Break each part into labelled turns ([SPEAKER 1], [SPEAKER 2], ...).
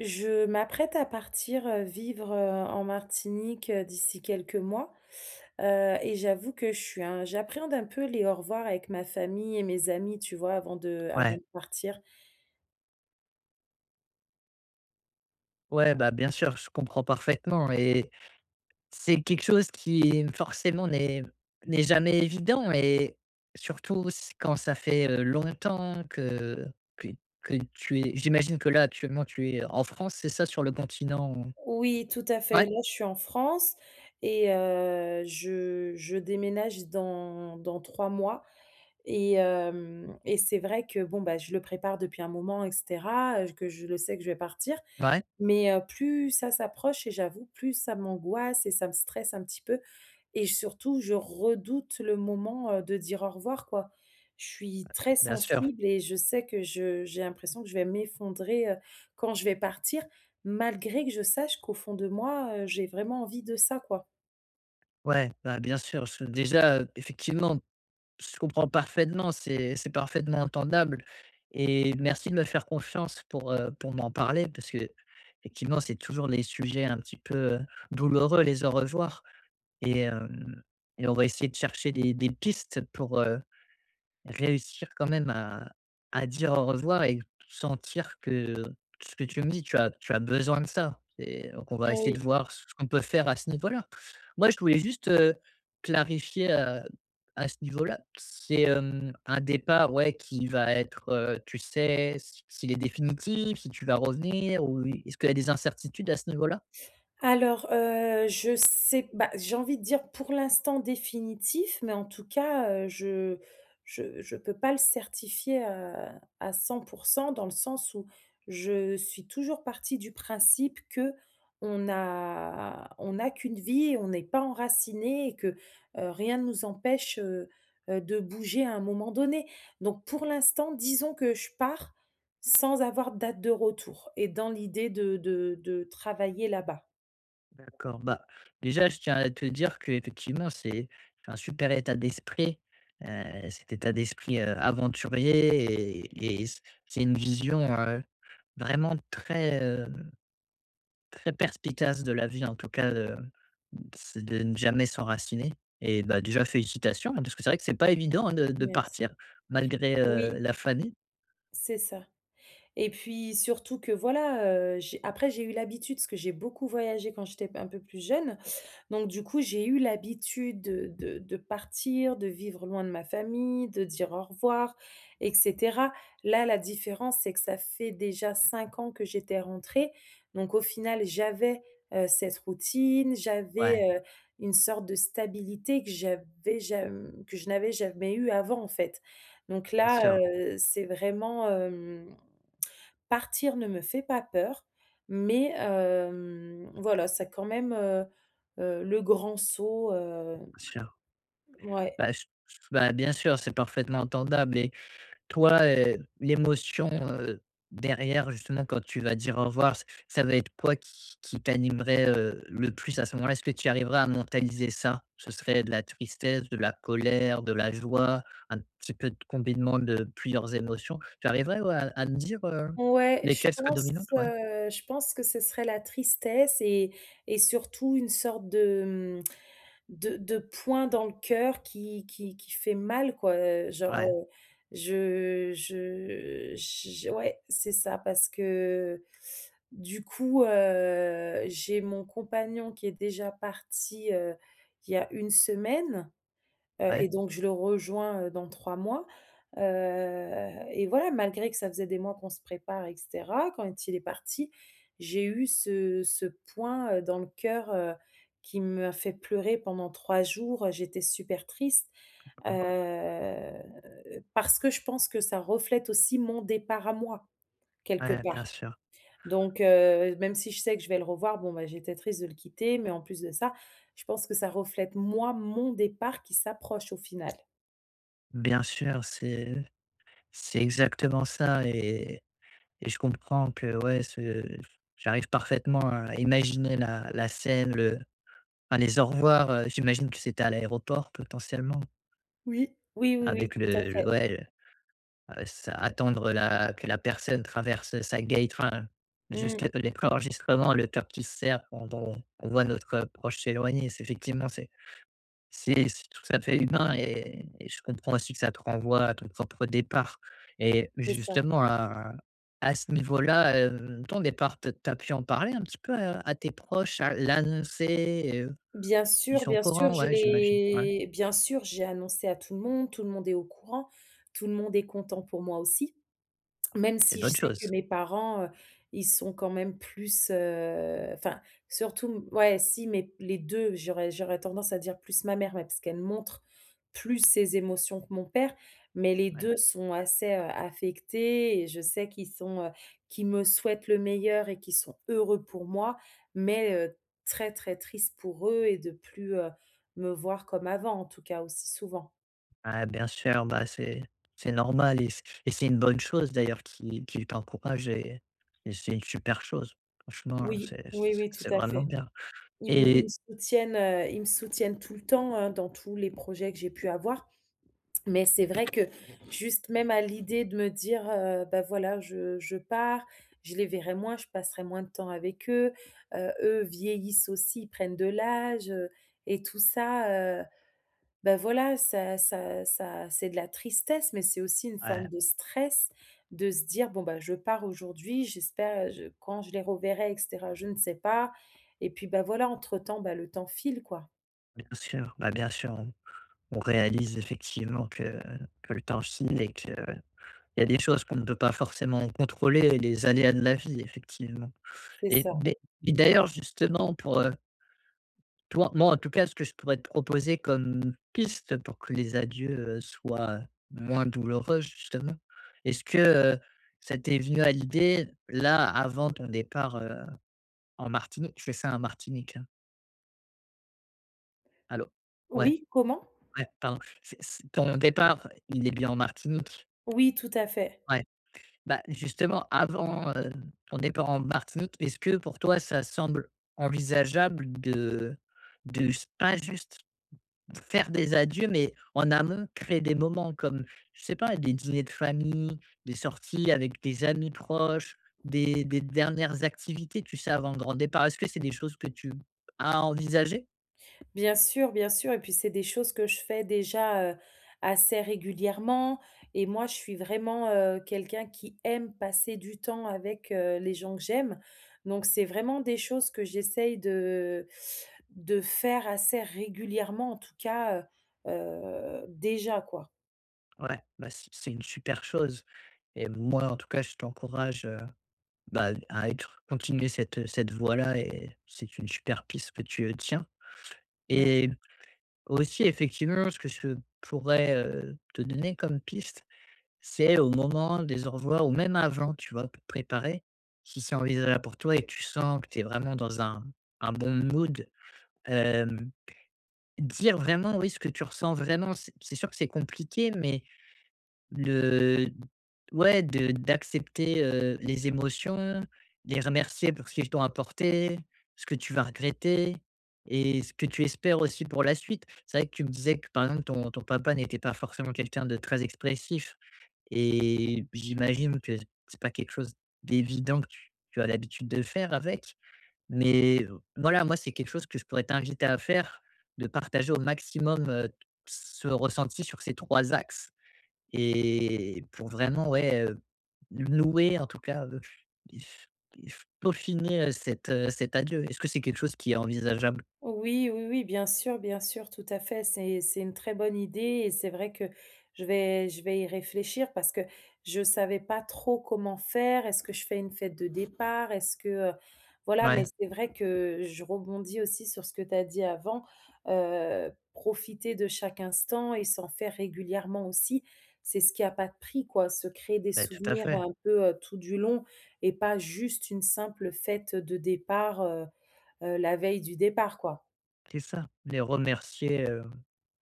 [SPEAKER 1] Je m'apprête à partir, vivre, en Martinique, d'ici quelques mois, et j'avoue que je suis un j'appréhende un peu les au revoir avec ma famille et mes amis, tu vois? Avant de avant
[SPEAKER 2] Ouais,
[SPEAKER 1] Oui. De partir.
[SPEAKER 2] ouais, bah, bien sûr, je comprends parfaitement et c'est quelque chose qui forcément n'est jamais évident et surtout s quand ça fait, longtemps que que tu es j'imagine que là, actuellement, tu es en France, c'est ça? Sur le continent?
[SPEAKER 1] Oui, tout à
[SPEAKER 2] Ouais,
[SPEAKER 1] fait. Là, je suis en France et je déménage dans 3 mois et c'est vrai que, bon, bah, je le prépare depuis un moment et cetera, que je vais partir.
[SPEAKER 2] ouais,
[SPEAKER 1] Mais plus ça s'approche et j'avoue, plus ça m'angoisse et ça me stresse un petit peu, et surtout, je redoute le moment, de dire au revoir, quoi. Je suis très
[SPEAKER 2] bien sûr.
[SPEAKER 1] sensible et je sais que je j'ai l'impression que je vais m'effondrer, quand je vais partir, malgré que je sache qu'au fond de moi, j'ai vraiment envie de ça, quoi.
[SPEAKER 2] Ouais, bah, bien sûr, je déjà, effectivement, je comprends parfaitement, c'est parfaitement entendable et merci de me faire confiance pour m'en parler parce que Effectivement, c'est toujours les sujets un petit peu, douloureux, les au revoir et hem et on va essayer de chercher des pistes pour, réussir quand même à dire au revoir et sentir que ce que tu me dis, tu as besoin de ça et donc on va essayer de
[SPEAKER 1] Oui.
[SPEAKER 2] voir ce qu'on peut faire à ce niveau-là. Moi, je voulais juste, clarifier, à ce niveau-là, c'est, un départ, ouais, qui va être, tu sais, s'il est définitif, si tu vas revenir ou est-ce qu'il y a des incertitudes à ce niveau-là?
[SPEAKER 1] Alors, je sais bah, j'ai envie de dire pour l'instant définitif, mais en tout cas, je peux pas le certifier, à 100%, dans le sens où je suis toujours partie du principe que on n'a qu'une vie et on n'est pas enraciné et que, rien ne nous empêche, de bouger à un moment donné. Donc pour l'instant, disons que je pars sans avoir de date de retour et dans l'idée de travailler là-bas.
[SPEAKER 2] D'accord, bah, déjà, je tiens à te dire qu'effectivement, c'est un super état d'esprit. Cet état d'esprit, aventurier et c'est une vision, vraiment très, très perspicace de la vie, en tout cas, de c'est de ne jamais s'enraciner et bah, déjà félicitations, hein, parce que c'est vrai que c'est pas évident, hein, de
[SPEAKER 1] Merci.
[SPEAKER 2] partir malgré,
[SPEAKER 1] Oui,
[SPEAKER 2] la famille.
[SPEAKER 1] c'est ça, et puis surtout que voilà, j'ai eu l'habitude parce que j'ai beaucoup voyagé quand j'étais un peu plus jeune. Donc du coup, j'ai eu l'habitude de partir, de vivre loin de ma famille, de dire au revoir et cetera. Là, la différence, c'est que ça fait déjà 5 ans que j'étais rentrée. Donc au final, j'avais, cette routine, j'avais,
[SPEAKER 2] Ouais,
[SPEAKER 1] une sorte de stabilité que je n'avais jamais eue avant, en fait. Donc
[SPEAKER 2] bien
[SPEAKER 1] là,
[SPEAKER 2] sûr,
[SPEAKER 1] c'est vraiment, partir ne me fait pas peur, mais, voilà, ça quand même, le grand saut,
[SPEAKER 2] bien sûr.
[SPEAKER 1] ouais.
[SPEAKER 2] Bah, je bah, bien sûr, c'est parfaitement entendable et toi, l'émotion, heu, derrière justement quand tu vas dire au revoir, ç ça va être quoi qui t'animerait, le plus à ce moment-là? Est-ce que tu arriveras à mentaliser ça? Ce serait de la tristesse, de la colère, de la joie, un petit peu de combinement de plusieurs émotions? Tu arriverais, ouais, à me dire,
[SPEAKER 1] Ouais,
[SPEAKER 2] lesquelles seraient dominantes? Ouais,
[SPEAKER 1] je pense que ce serait la tristesse, et surtout une sorte de, mmh, de point dans le cœur qui fait mal quoi, genre,
[SPEAKER 2] ouais,
[SPEAKER 1] je j ouais, c'est ça, parce que du coup, j'ai mon compagnon qui est déjà parti, il y a 1 semaine.
[SPEAKER 2] ouais,
[SPEAKER 1] Et donc je le rejoins, dans 3 mois, heu et voilà, malgré que ça faisait des mois qu'on se prépare et cetera, quand il est parti, j'ai eu ce point, dans le cœur, qui m'a fait pleurer pendant 3 jours, j'étais super triste,
[SPEAKER 2] oh,
[SPEAKER 1] parce que je pense que ça reflète aussi mon départ à moi, quelque
[SPEAKER 2] ouais,
[SPEAKER 1] part. Donc même si je sais que je vais le revoir, bon, bah, j'étais triste de le quitter, mais en plus de ça, je pense que ça reflète moi, mon départ qui s'approche au final.
[SPEAKER 2] bien sûr, c'est exactement ça et je comprends que, ouais, ce j'arrive parfaitement à imaginer la la scène, le enfin, les au revoir, j'imagine que c'était à l'aéroport potentiellement
[SPEAKER 1] Oui. Oui, oui, oui,
[SPEAKER 2] avec
[SPEAKER 1] tout à
[SPEAKER 2] le
[SPEAKER 1] fait.
[SPEAKER 2] ouais, ça attendre la que la personne traverse sa gate, enfin,
[SPEAKER 1] Mmh,
[SPEAKER 2] jusqu'à l'enregistrement, le temps qui se serre, on voit notre proche s'éloigner, c'est effectivement, c'est c'est tout à fait humain et je comprends aussi que ça te renvoie à ton propre départ et
[SPEAKER 1] c'est ça.
[SPEAKER 2] justement à ce niveau-là, ton départ, tu as pu en parler un petit peu à tes proches, à l'annoncer, ils sont au
[SPEAKER 1] Bien sûr,
[SPEAKER 2] courant?
[SPEAKER 1] je
[SPEAKER 2] Ouais, j'imagine. Ouais,
[SPEAKER 1] l'ai bien sûr, j'ai annoncé à tout le monde est au courant, tout le monde est content pour moi aussi. Même
[SPEAKER 2] c'est une
[SPEAKER 1] si je
[SPEAKER 2] bonne
[SPEAKER 1] sais que
[SPEAKER 2] chose.
[SPEAKER 1] mes parents, ils sont quand même plus, enfin surtout ouais si mais les 2, j'aurais tendance à dire plus ma mère, ouais, parce qu'elle montre plus ses émotions que mon père, mais les
[SPEAKER 2] Ouais.
[SPEAKER 1] deux sont assez, affectés et je sais qu'ils sont, qu'ils me souhaitent le meilleur et qu'ils sont heureux pour moi, mais très, très tristes pour eux, et de plus, me voir comme avant en tout cas aussi souvent.
[SPEAKER 2] Ah bien sûr, bah, c'est normal et c'est une bonne chose d'ailleurs qui t'encourage et c'est une super chose. Franchement,
[SPEAKER 1] Oui,
[SPEAKER 2] c'est
[SPEAKER 1] oui,
[SPEAKER 2] c'est
[SPEAKER 1] oui,
[SPEAKER 2] c'est
[SPEAKER 1] tout à
[SPEAKER 2] vraiment
[SPEAKER 1] fait.
[SPEAKER 2] bien et
[SPEAKER 1] Ils me soutiennent tout le temps, hein, dans tous les projets que j'ai pu avoir. Mais c'est vrai que juste même à l'idée de me dire, bah, voilà, je pars, je les verrai moins, je passerai moins de temps avec eux, eux vieillissent aussi, ils prennent de l'âge, et tout ça, ben voilà, ça c'est de la tristesse, mais c'est aussi une
[SPEAKER 2] ouais,
[SPEAKER 1] forme de stress, de se dire: «Bon, bah, je pars aujourd'hui, j'espère je quand je les reverrai et cetera, je ne sais pas», et puis, bah, voilà, entre-temps, bah, le temps file, quoi.
[SPEAKER 2] bien sûr, bah, bien sûr. On réalise effectivement que le temps file et qu'il y a des choses qu'on ne peut pas forcément contrôler, les aléas de la vie, effectivement.
[SPEAKER 1] C'est
[SPEAKER 2] Et
[SPEAKER 1] ça.
[SPEAKER 2] mais et d'ailleurs, justement, pour toi, moi en tout cas, ce que je pourrais te proposer comme piste pour que les adieux soient moins douloureux, justement, est-ce que ça t'est venu à l'idée, là, avant ton départ en Martinique, tu fais ça en Martinique, hein? Allô? Ouais,
[SPEAKER 1] Oui, comment?
[SPEAKER 2] ouais, pardon. Ton départ, il est bien en Martinique?
[SPEAKER 1] Oui, tout à fait.
[SPEAKER 2] Ouais. Bah, justement, avant, ton départ en Martinique, est-ce que pour toi, ça semble envisageable de s pas juste faire des adieux, mais en amont, créer des moments comme, je sais pas, des dîners de famille, des sorties avec des amis proches, des dernières activités, tu sais, avant le grand départ? Est-ce que c'est des choses que tu as envisagées?
[SPEAKER 1] Bien sûr, bien sûr, et puis c'est des choses que je fais déjà, assez régulièrement, et moi je suis vraiment, quelqu'un qui aime passer du temps avec, les gens que j'aime. Donc c'est vraiment des choses que j'essaye de faire assez régulièrement en tout cas, déjà quoi.
[SPEAKER 2] Ouais, bah, c'est une super chose et moi, en tout cas, je t'encourage, bah, à être continuer cette voie-là et c'est une super piste que tu, tiens
[SPEAKER 1] Mais
[SPEAKER 2] et aussi effectivement ce que je pourrais, te donner comme piste, c'est au moment des au revoir ou même avant, tu vois? Pour te préparer, si c'est envisageable pour toi et que tu sens que tu es vraiment dans un bon mood, hem, dire vraiment, oui, ce que tu ressens vraiment. C'est sûr que c'est compliqué, mais De ouais, de d'accepter, les émotions, les remercier pour ce qu'ils t'ont apporté, ce que tu vas regretter et ce que tu espères aussi pour la suite. C'est vrai que tu me disais que, par exemple, ton papa n'était pas forcément quelqu'un de très expressif et j'imagine que c'est pas quelque chose d'évident que tu as l'habitude de faire avec. Mais voilà, moi, c'est quelque chose que je pourrais t'inviter à faire, de partager au maximum, ce ressenti sur ces 3 axes. Et pour vraiment, ouais, louer en tout cas, et f et f peaufiner, cet adieu. Est-ce que c'est quelque chose qui est envisageable?
[SPEAKER 1] oui, oui, oui, bien sûr, tout à fait. C'est une très bonne idée et c'est vrai que je vais y réfléchir parce que je savais pas trop comment faire. Est-ce que je fais une fête de départ? Est-ce que, voilà,
[SPEAKER 2] Ouais,
[SPEAKER 1] mais c'est vrai que je rebondis aussi sur ce que tu as dit avant, profiter de chaque instant et s'en faire régulièrement aussi. C'est ce qui a pas de prix, quoi. Se créer des
[SPEAKER 2] bah, tout à
[SPEAKER 1] souvenirs
[SPEAKER 2] fait,
[SPEAKER 1] un peu tout du long, et pas juste une simple fête de départ, la veille du départ, quoi.
[SPEAKER 2] c'est ça. Les remercier,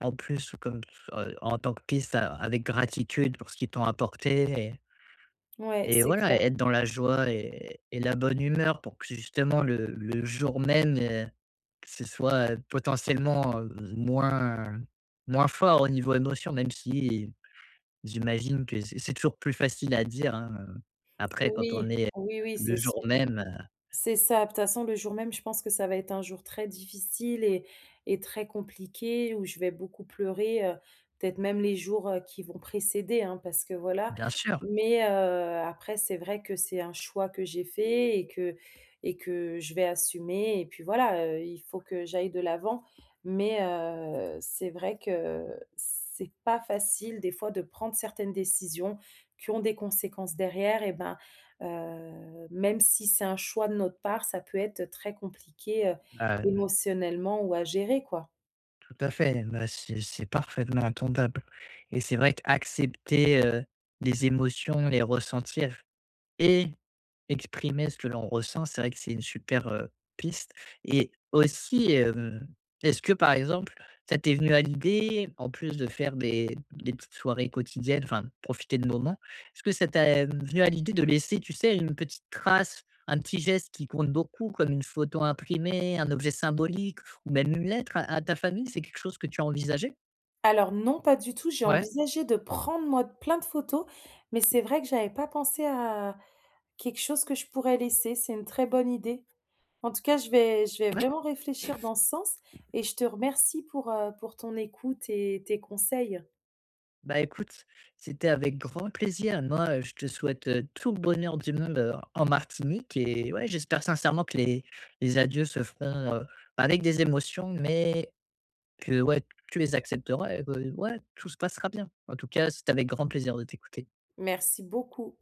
[SPEAKER 2] en plus comme s en tant que piste a avec gratitude pour ce qu'ils t'ont apporté
[SPEAKER 1] Ouais,
[SPEAKER 2] et
[SPEAKER 1] c'est clair.
[SPEAKER 2] voilà, être dans la joie et la bonne humeur pour que justement le jour même, que ce soit, potentiellement, moins moins fort au niveau émotion, même si j'imagine que c'est toujours plus facile à dire, hein, après quand on
[SPEAKER 1] Oui,
[SPEAKER 2] est
[SPEAKER 1] oui, oui,
[SPEAKER 2] le
[SPEAKER 1] c'est
[SPEAKER 2] jour
[SPEAKER 1] sûr.
[SPEAKER 2] même,
[SPEAKER 1] C'est ça. De toute façon, le jour même, je pense que ça va être un jour très difficile et très compliqué, où je vais beaucoup pleurer, peut-être même les jours, qui vont précéder, hein, parce que voilà.
[SPEAKER 2] bien sûr,
[SPEAKER 1] Mais, après, c'est vrai que c'est un choix que j'ai fait, et que je vais assumer, et puis voilà, il faut que j'aille de l'avant. Mais, c'est vrai que c'est pas facile des fois de prendre certaines décisions qui ont des conséquences derrière et ben même si c'est un choix de notre part, ça peut être très compliqué,
[SPEAKER 2] heu,
[SPEAKER 1] émotionnellement ou à gérer, quoi.
[SPEAKER 2] tout à fait, bah, c'est parfaitement entendable et c'est vrai qu'accepter, les émotions, les ressentir et exprimer ce que l'on ressent, c'est vrai que c'est une super, piste et aussi, est-ce que, par exemple, ça t'est venu à l'idée, en plus de faire des petites soirées quotidiennes, enfin, de profiter de moments, est-ce que ça t'est venu à l'idée de laisser, tu sais, une petite trace, un petit geste qui compte beaucoup, comme une photo imprimée, un objet symbolique ou même une lettre à ta famille? C'est quelque chose que tu as envisagé?
[SPEAKER 1] Alors non, pas du tout, j'ai
[SPEAKER 2] Ouais.
[SPEAKER 1] envisagé de prendre moi plein de photos, mais c'est vrai que j'avais pas pensé à quelque chose que je pourrais laisser, c'est une très bonne idée. En tout cas, je vais vraiment réfléchir dans ce sens, et je te remercie pour ton écoute et tes conseils.
[SPEAKER 2] Bah écoute, c'était avec grand plaisir. Moi, je te souhaite, tout le bonheur du monde, en Martinique et ouais, j'espère sincèrement que les adieux se feront, avec des émotions, mais que ouais, tu les accepteras et que ouais, tout se passera bien. En tout cas, c'était avec grand plaisir de t'écouter.
[SPEAKER 1] Merci beaucoup.